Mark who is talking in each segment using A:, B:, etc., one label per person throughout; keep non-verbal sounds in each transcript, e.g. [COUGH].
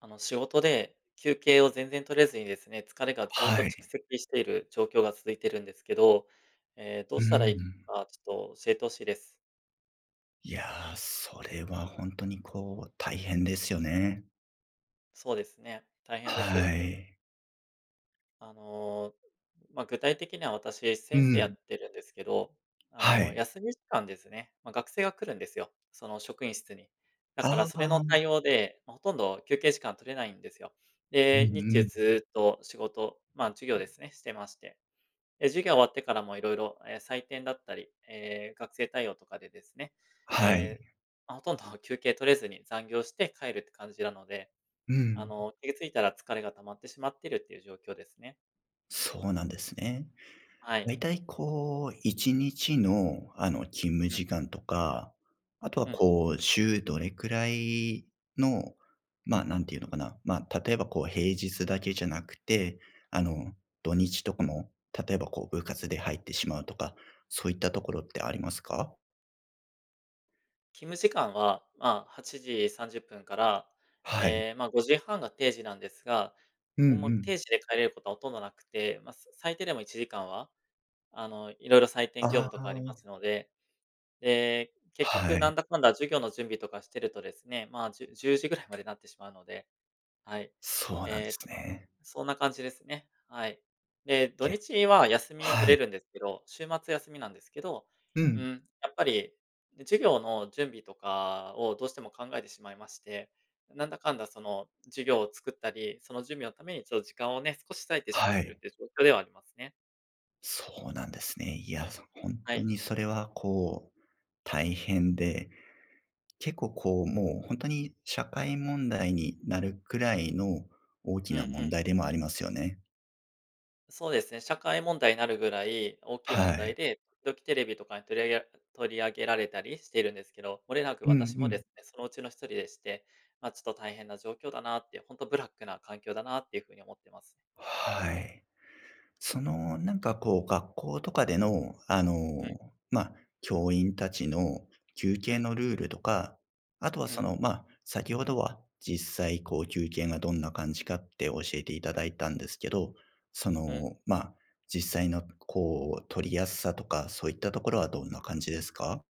A: 仕事で休憩を全然取れずにですね、疲れがずっと
B: はい。
A: 蓄積している状況が続いてるんですけど、どう
B: う
A: したらいい
B: ん。
A: か、ちょっと教えてほしいです。
B: いやー、それは本当にこう、大変ですよね。
A: そうですね、大変です。
B: はい。
A: あのー、まあ、具体的には私、
B: う
A: 先生や
B: ん。
A: ってるんですけど、
B: はい。
A: 休み時間ですね、まあ、学生が来るんですよ、その職員室に。だから、
B: あ
A: それ
B: あ。
A: の対応で、まあほとんど休憩時間取れないんですよ。
B: う
A: で、日
B: んう
A: 中
B: ん。
A: ずっと仕事、まあ、授業ですね、してまして。授業終わってからもいろいろ採点だったり、学生対応とかでですね、
B: はい。
A: えーま、ほとんど [LAUGHS] 休憩取れずに残業して帰るって感じなので、
B: うん。
A: 気がついたら疲れが溜まってしまっているっていう状況ですね。
B: そうなんですね。
A: はい。
B: 大体こう、1日の勤務
A: うん、
B: 時間とか、あとは
A: うん。
B: こう、週どれくらいの、まあ、なんていうのかな、まあ、例えばこう、平日だけじゃなくて、あの、土日とかも、例えばこう、部活で入ってしまうとか、そういったところってありますか？
A: 勤務時間は、まあ、8時30分から、
B: はい。
A: まあ、5時半が定時なんですが、
B: うんう
A: もう
B: ん。
A: 定時で帰れることはほとんどなくて、まあ、最低でも1時間は、いろいろ採点業
B: あ
A: 務とかありま
B: あ、
A: すので、で、結局
B: は
A: なん
B: い。
A: だかんだ授業の準備とかしてるとですね、まあ、10時ぐらいまでなってしまうので、はい。
B: そうなんで
A: え
B: すね。
A: そんな感じですね。はい。で、土
B: いえ、
A: 日は休み取
B: は
A: れ
B: い。
A: るんですけど、週末休みなんですけど、
B: う
A: う
B: ん、
A: ん、やっぱり授業の準備とかをどうしても考えてしまいまして、なんだかんだその授業を作ったり、その準備のためにちょっと時間をね、少し割いてしま
B: は
A: ってる
B: い。
A: っていう状況ではありますね。
B: そうなんですね。いや、本
A: は
B: 当
A: い。
B: にそれはこう、大変で、結構こう、もう本当に社会問題になるくらいの大
A: う
B: き
A: んう
B: な問
A: ん。
B: 題でもありますよね。
A: そうですね、社会問題になるぐらい大きい
B: は
A: 問題
B: い。
A: で、時々テレビとかに取り上げられたりしているんですけど、漏れなく
B: うん
A: 私も
B: う
A: で
B: ん。
A: すね、そのうちの一人でして、まあ、ちょっと大変な状況だなって、本当ブラックな環境だなっていうふうに思ってますね。
B: はい。その、なんかこう、学校とかでの、
A: うん、
B: まあ、教員たちの休
A: う
B: 憩
A: ん、
B: のルールとか、あとは
A: う
B: そ
A: ん、
B: の、まあ、先ほどは実際こう休憩がどんな感じかって教えていただいたんですけど、その、
A: うん。
B: まあ、実際のこう取りやすさとか、そういったところはどんな感じですか？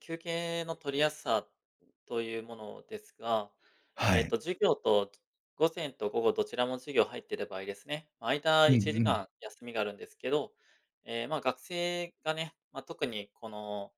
A: 休憩の取りやすさというものですが、
B: はい。
A: 授業と午前と午後どちらも授業入っている場合ですね、ま、間
B: うんう
A: 1
B: ん。
A: 時間休みがあるんですけど、ま、学生がね、まあ、特にこの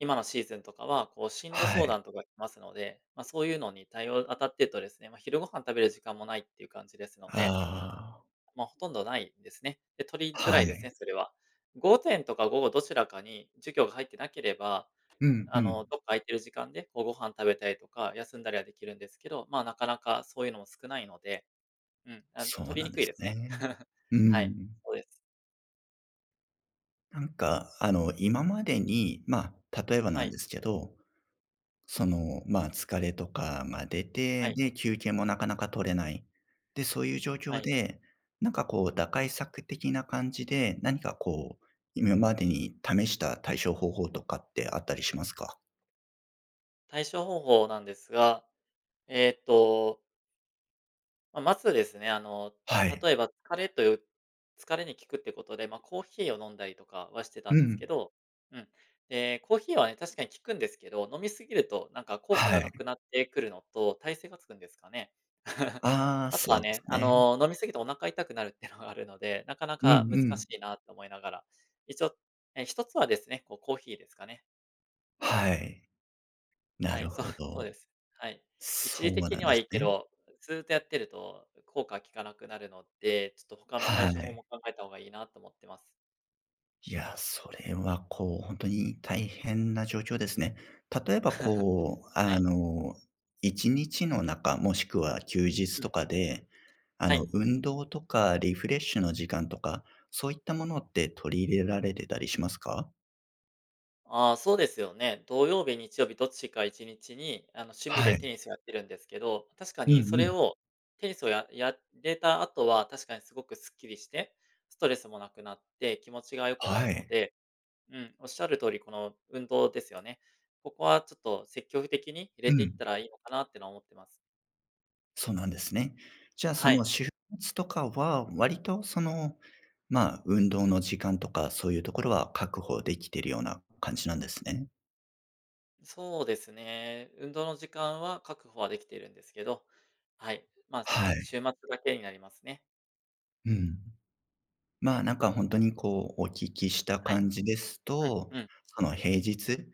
A: 今のシーズンとかは、こう進路
B: は
A: 相
B: い。
A: 談とか来ますので、まあ、そういうのに対応当たってるとですね、まあ、昼ご飯食べる時間もないっていう感じですので、
B: あ
A: まあ、ほとんどないんですね。で、取り
B: あ、
A: づ
B: は
A: らいです
B: い。
A: ね、それは。午前とか午後どちらかに授業が入ってなければ、
B: うんうん。
A: どっか空いてる時間で、こうご飯食べたりとか、休んだりはできるんですけど、まあ、なかなかそういうのも少ないので、うん、あ、
B: そう
A: 取り
B: な
A: に
B: ん
A: く
B: で
A: い
B: す
A: ですね。
B: ね。
A: [LAUGHS]
B: う
A: はい、
B: ん。
A: そうです。
B: なんか、今までに、まあ、例えば
A: は
B: なん
A: い、
B: ですけど、その、まあ、疲れとかが出
A: は
B: て、
A: い、
B: で、休憩もなかなか取れない。で、そういう状
A: は
B: 況
A: い。
B: で、なんかこう、打開策的な感じで、何かこう、今までに試した対処方法とかってあったりしますか？
A: 対処方法なんですが、えーっとまあ、まずですね、
B: はい。
A: 例えば疲れという疲れに効くってことで、まあ、コーヒーを飲んだりとかはしてた
B: う
A: んです
B: ん。
A: けど、うん。で、コーヒーはね、確かに効くんですけど、飲みすぎるとなんか効果
B: は
A: がなく
B: い。
A: なってくるのと、耐性がつくんですかね。[LAUGHS]
B: ああ、
A: あと
B: そ
A: は
B: うです
A: ね、
B: ね。
A: 飲み過ぎてお腹痛くなるっていうのがあるので、なかな
B: うんう
A: か難
B: ん。
A: しいなと思いながら、一応、つはですね、こうコーヒーですかね。
B: はい。な
A: はい、
B: る
A: そう、
B: ほ
A: [LAUGHS] そう
B: ど。
A: です。はい。一
B: そ
A: 時
B: う
A: 的
B: な
A: に
B: んで
A: はい
B: す
A: いけ
B: ね。
A: ど、ずっとやってると効かなくなるので、ちょっと他の対
B: は
A: 処法
B: い。
A: も考えた方がいいなと思ってます。
B: いや、それはこう、本当に大変な状況ですね。例えば
A: [LAUGHS]
B: こう、
A: はい。
B: 1日の中、もしくは休日
A: う
B: と
A: ん。
B: かで、
A: はい。
B: 運動とかリフレッシュの時間とか、そういったものって取り入れられてたりしますか？
A: ああ、そうですよね。土曜日、日曜日どっちか1日に、趣味
B: は
A: でテ
B: い。
A: ニスやってるんですけど、確か
B: うん
A: にそ
B: う
A: れ
B: ん。
A: をテニスをやれた後は確かにすごくスッキリして、ストレスもなくなって気持ちが良くなる
B: は
A: の
B: い。
A: で、うん、おっしゃる通り、この運動ですよね。ここはちょっと積極的に入れ
B: う
A: ていっ
B: ん。
A: たらいいのかなってのは思ってます。
B: そうなんですね。じゃあ、そ
A: は
B: の
A: い。
B: 週末とかは、割とその、まあ、運動の時間とか、そういうところは確保できてるような感じなんですね。
A: そうですね。運動の時間は確保はできているんですけど、はい。まあ、
B: はい。
A: 週末だけになりますね。
B: うん。まあ、なんか本当にこう、お聞きした
A: はい。
B: 感じです
A: うん、
B: と、
A: うん。
B: その平日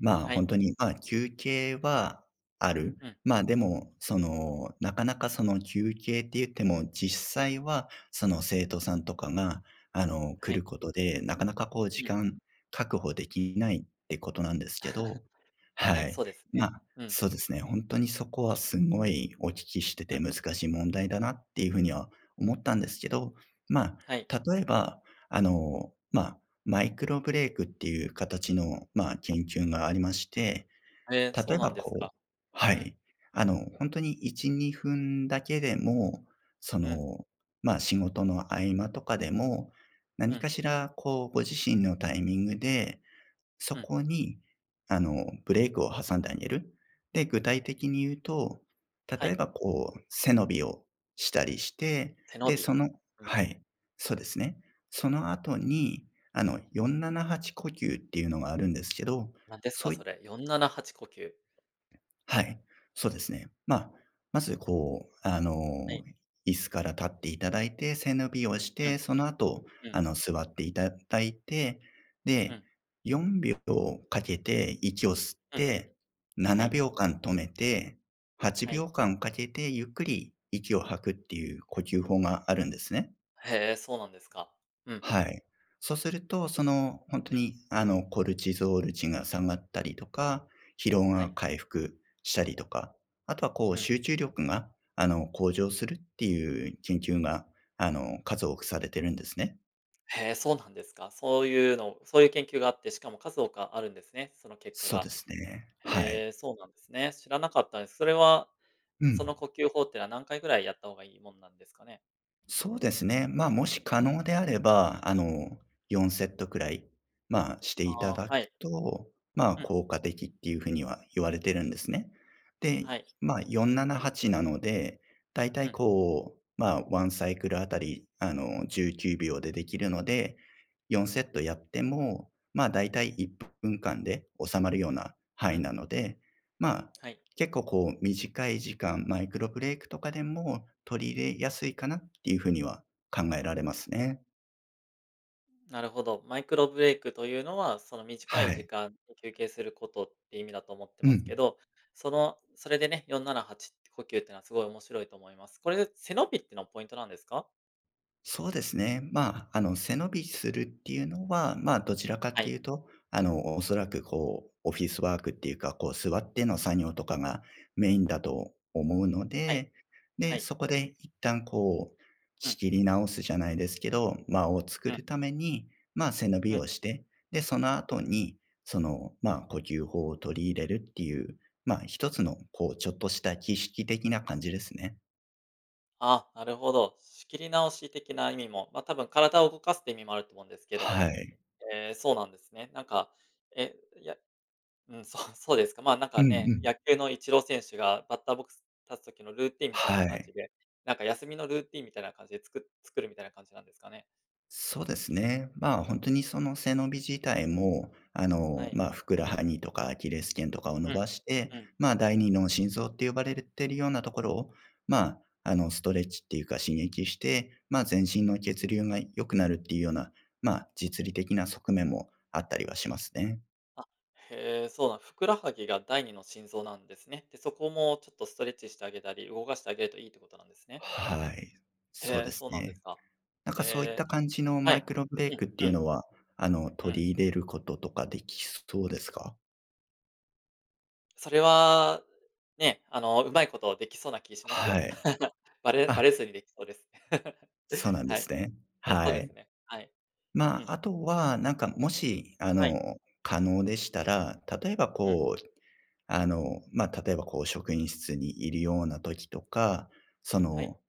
B: まあ、
A: は
B: 本
A: い。
B: 当に、まあ、休憩はある。
A: うん。
B: まあ、でも、その、なかなかその休憩って言っても、実際はその生徒さんとかが、来
A: は
B: る
A: い。
B: ことで、なかなかこう時
A: うん。
B: 間確保できないってことなんですけど、
A: [LAUGHS] は
B: は
A: い、
B: い。
A: そうですね。
B: まあ、
A: うん、
B: そうですね、本当にそこはすごいお聞きして
A: う
B: て
A: ん。
B: 難しい問題だなっていう風には思ったんですけど、ま
A: はい。
B: あ、例えば、まあマイクロブレイクっていう形の、まあ、研究がありまして、
A: そ
B: 例
A: う
B: え
A: な
B: ば
A: んですか。
B: こうは
A: うん、
B: い。ほんに1、2分だけでも、そ
A: うん、
B: の、まあ、仕事の合間とかでも、
A: う
B: 何
A: ん、
B: かしらこうご自身のタイミングでそ
A: うん。
B: こに、ブレイクを挟んであげる。で、具体的に言うと、
A: は
B: 例え
A: い。
B: ばこう、背伸びをしたりして、
A: 背伸
B: で、
A: び。
B: その
A: うん。
B: はい、そうですね。その後に、478呼吸っていうのがあるんですけど、
A: なんですか、
B: そういっ
A: それ。478呼吸。
B: はい、そうですね。まあ、まずこう、
A: はい。
B: 椅子から立っていただいて、背伸びをし
A: うん、
B: て、その後、
A: うん、
B: 座っていただいて、
A: うん、う
B: で、
A: ん。
B: 4秒かけて息を吸って、
A: はい。
B: 7秒間止めて、
A: は
B: 8
A: い。
B: 秒間かけてゆっくり息を吐くっていう呼吸法があるんですね。
A: へえ、そうなんですか。うん。
B: はい。そうすると、その、本当に、コルチゾール値が下がったりとか、疲労
A: は
B: が
A: い。
B: 回復したりとか、あとはこう
A: うん。
B: 集中力が、向上するっていう研究が、数多くされてるんですね。
A: へえ、そうなんですか。そういうのそういう研究があって、しかも数多くあるんですね、その結果
B: そう
A: が。
B: ですね。はい。
A: へえ、そうなんですね。知らなかったです。それは、
B: う
A: その
B: ん。
A: 呼吸法ってのは何回ぐらいやった方がいいもんなんですかね？
B: そうですね。まあ、もし可能であれば、4セットくらい、まあ、して
A: あ
B: いた
A: あ、
B: だく
A: はい。
B: と、まあ、
A: うん。
B: 効果的っていうふうには言われてるんですね。で、
A: はい。
B: まあ、4、7、8なはちなので、だいた
A: う
B: い
A: ん、
B: こう、まあ、ワンサイクルあたり、19秒でできるので、4セットやっても、まあ、だいたい1分間で収まるような
A: う
B: 範囲
A: ん、
B: なので、ま
A: はい。
B: 結構こう短い時間、マイクロブレイクとかでも取り入れやすいかなっていうふうには考えられますね。
A: なるほど。マイクロブレイクというのは、その短い
B: は
A: 時
B: い。
A: 間に休憩することって意味だと思って
B: う
A: ますけ
B: ん。
A: ど、それでね、478呼吸っていうのはすごい面白いと思います。これ、背伸びってのはポイントなんですか？
B: そうですね。まあ、背伸びするっていうのは、まあ、どちらかっ
A: は
B: て
A: い、
B: いうと、おそらくこう、オフィスワークっていうか、こう、座っての作業とかがメインだと思うの
A: はい、
B: で、
A: は
B: で、
A: い。
B: そこで一旦こう、
A: うん、
B: 仕切り直すじゃないですけど、間を
A: う
B: 作
A: ん、
B: るために、まあ、背伸
A: う
B: び
A: ん。
B: をして、で、その後に、その、まあ、呼吸法を取り入れるっていう、まあ、一つの、こう、ちょっとした儀式的な感じですね。
A: ああ、なるほど。仕切り直し的な意味も、まあ多分体を動かすって意味もあると思うんですけど、
B: はい。
A: そうなんですね。なんか、え、やうん、そう、[LAUGHS] そうですか。まあ、なん
B: う
A: か
B: んう
A: ね、
B: ん。
A: 野球のイチロー選手がバッターボックス立つ時のルーティンみたいな
B: は
A: 感
B: い。
A: じで、なんか休みのルーティンみたいな感じで作るみたいな感じなんですかね？
B: そうですね。まあ、本当にその背伸び自体も、
A: はい。
B: まあ、ふくらはぎとかアキレス腱とかを伸
A: うん。
B: ばして、
A: うん。
B: まあ、第二の心臓って呼ばれてるようなところを、まあ、ストレッチっていうか刺激して、まあ、全身の血流が良くなるっていうような、まあ、実利的な側面もあったりはしますね。
A: あ、へえ、そうなんふくらはぎが第二の心臓なんですね。で、そこもちょっとストレッチしてあげたり、動かしてあげるといいってことなんですね。
B: はい。そう
A: へえ、
B: です
A: そうなんです
B: ね。
A: か。
B: なん
A: へ
B: かそういっ
A: え、
B: た感じの
A: は
B: マイ
A: い。
B: クロブレイ
A: う
B: クって
A: ん、
B: い
A: う
B: う
A: ん、
B: のは、
A: うん。
B: 取り入れることとかできそうですか？
A: それは、ね、うまいことできそうな気しますよ。
B: はい。
A: [LAUGHS] バレバ
B: あ、
A: レずにできそうです。
B: そう
A: [LAUGHS]
B: なんで
A: は
B: す
A: い。
B: ね。
A: うん、そう
B: は
A: です
B: い。
A: ね。はい。
B: ま
A: うん。
B: あ、あとは、なんか、もし、
A: はい。
B: 可能でしたら、例えば
A: うん。
B: こう、職員室にいるような時とか、そ
A: はい。
B: の、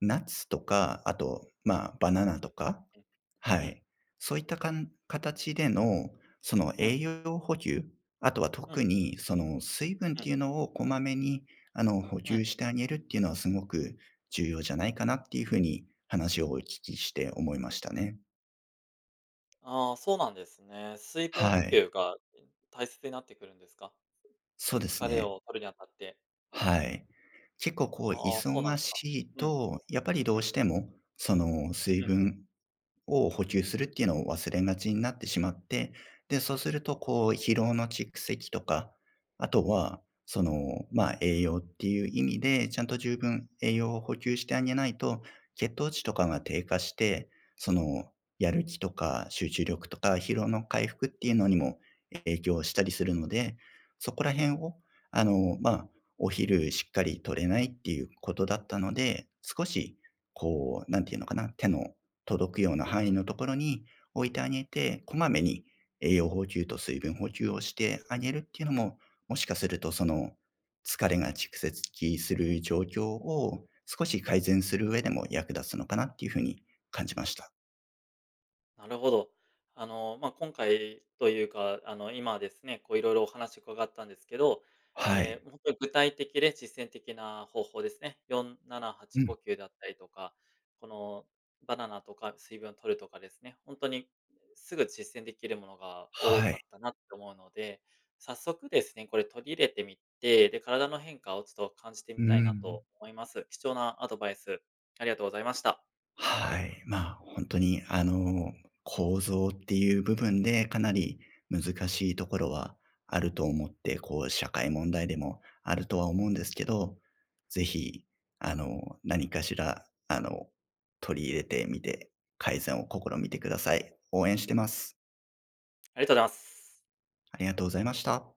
B: ナッツとか、あと、まあ、バ
A: ナ
B: ナ
A: ッ
B: ナ
A: ツ。
B: とか
A: うん。
B: は
A: うん。
B: い。そういったかん形での、その
A: う
B: 栄
A: ん。
B: 養補給、あとは特にその水分っ
A: う
B: て
A: ん。
B: いうのをこまめに、補
A: うん。
B: 給してあげるっていうのはすごく重要じゃないかなっていうふうに話をお聞きして思いましたね。
A: ああ、そうなんですね。水分
B: は
A: 補
B: い。
A: 給が、大切になってくるんですか？
B: そうです
A: 疲れ
B: ね。
A: を取るにあたって。
B: はい。結構こう
A: はあ、そうなん
B: 忙
A: ですか。
B: しい
A: うん。うん。
B: と、やっぱりど
A: う
B: う
A: ん。
B: しても、その水分を補給するっていうのを忘れがちになってしまって、で、そうするとこう疲労の蓄積とか、あとは、その、まあ、栄養っていう意味で、ちゃんと十分栄養を補給してあげないと、血糖値とかが低下して、その、やる気とか集中力とか疲労の回復っていうのにも影響したりするので、そこら辺を、まあ、お昼しっかり取れないっていうことだったので、少し、こう、なんていうのかな、手の届くような範囲のところに置いてあげて、こまめに栄養補給と水分補給をしてあげるっていうのも、もしかするとその疲れが蓄積する状況を少し改善する上でも役立つのかなっていうふうに感じました。
A: なるほど。まあ、今回というか、今ですね、こう、いろいろお話伺ったんですけど、
B: は
A: え
B: い。
A: え、本当に具体的で実践的な方法ですね。4、7、
B: う
A: 8、
B: ん。
A: 5、9だったりとか、このバナナとか水分を取るとかですね、本当にすぐ実践できるものが多
B: は
A: かっ
B: い。
A: たなって思うので、早速ですね、これ取り入れてみて、で、体の変化をちょっと感じてみ
B: う
A: たいな
B: ん。
A: と思います。貴重なアドバイスありがとうございました。
B: はい。まあ、本当に、構造っていう部分で、かなり難しいところはあると思って、こう、社会問題でもあるとは思うんですけど、ぜひ何かしら、取り入れてみて、改善を試みてください。応援してます。
A: ありがとうございます。
B: ありがとうございました。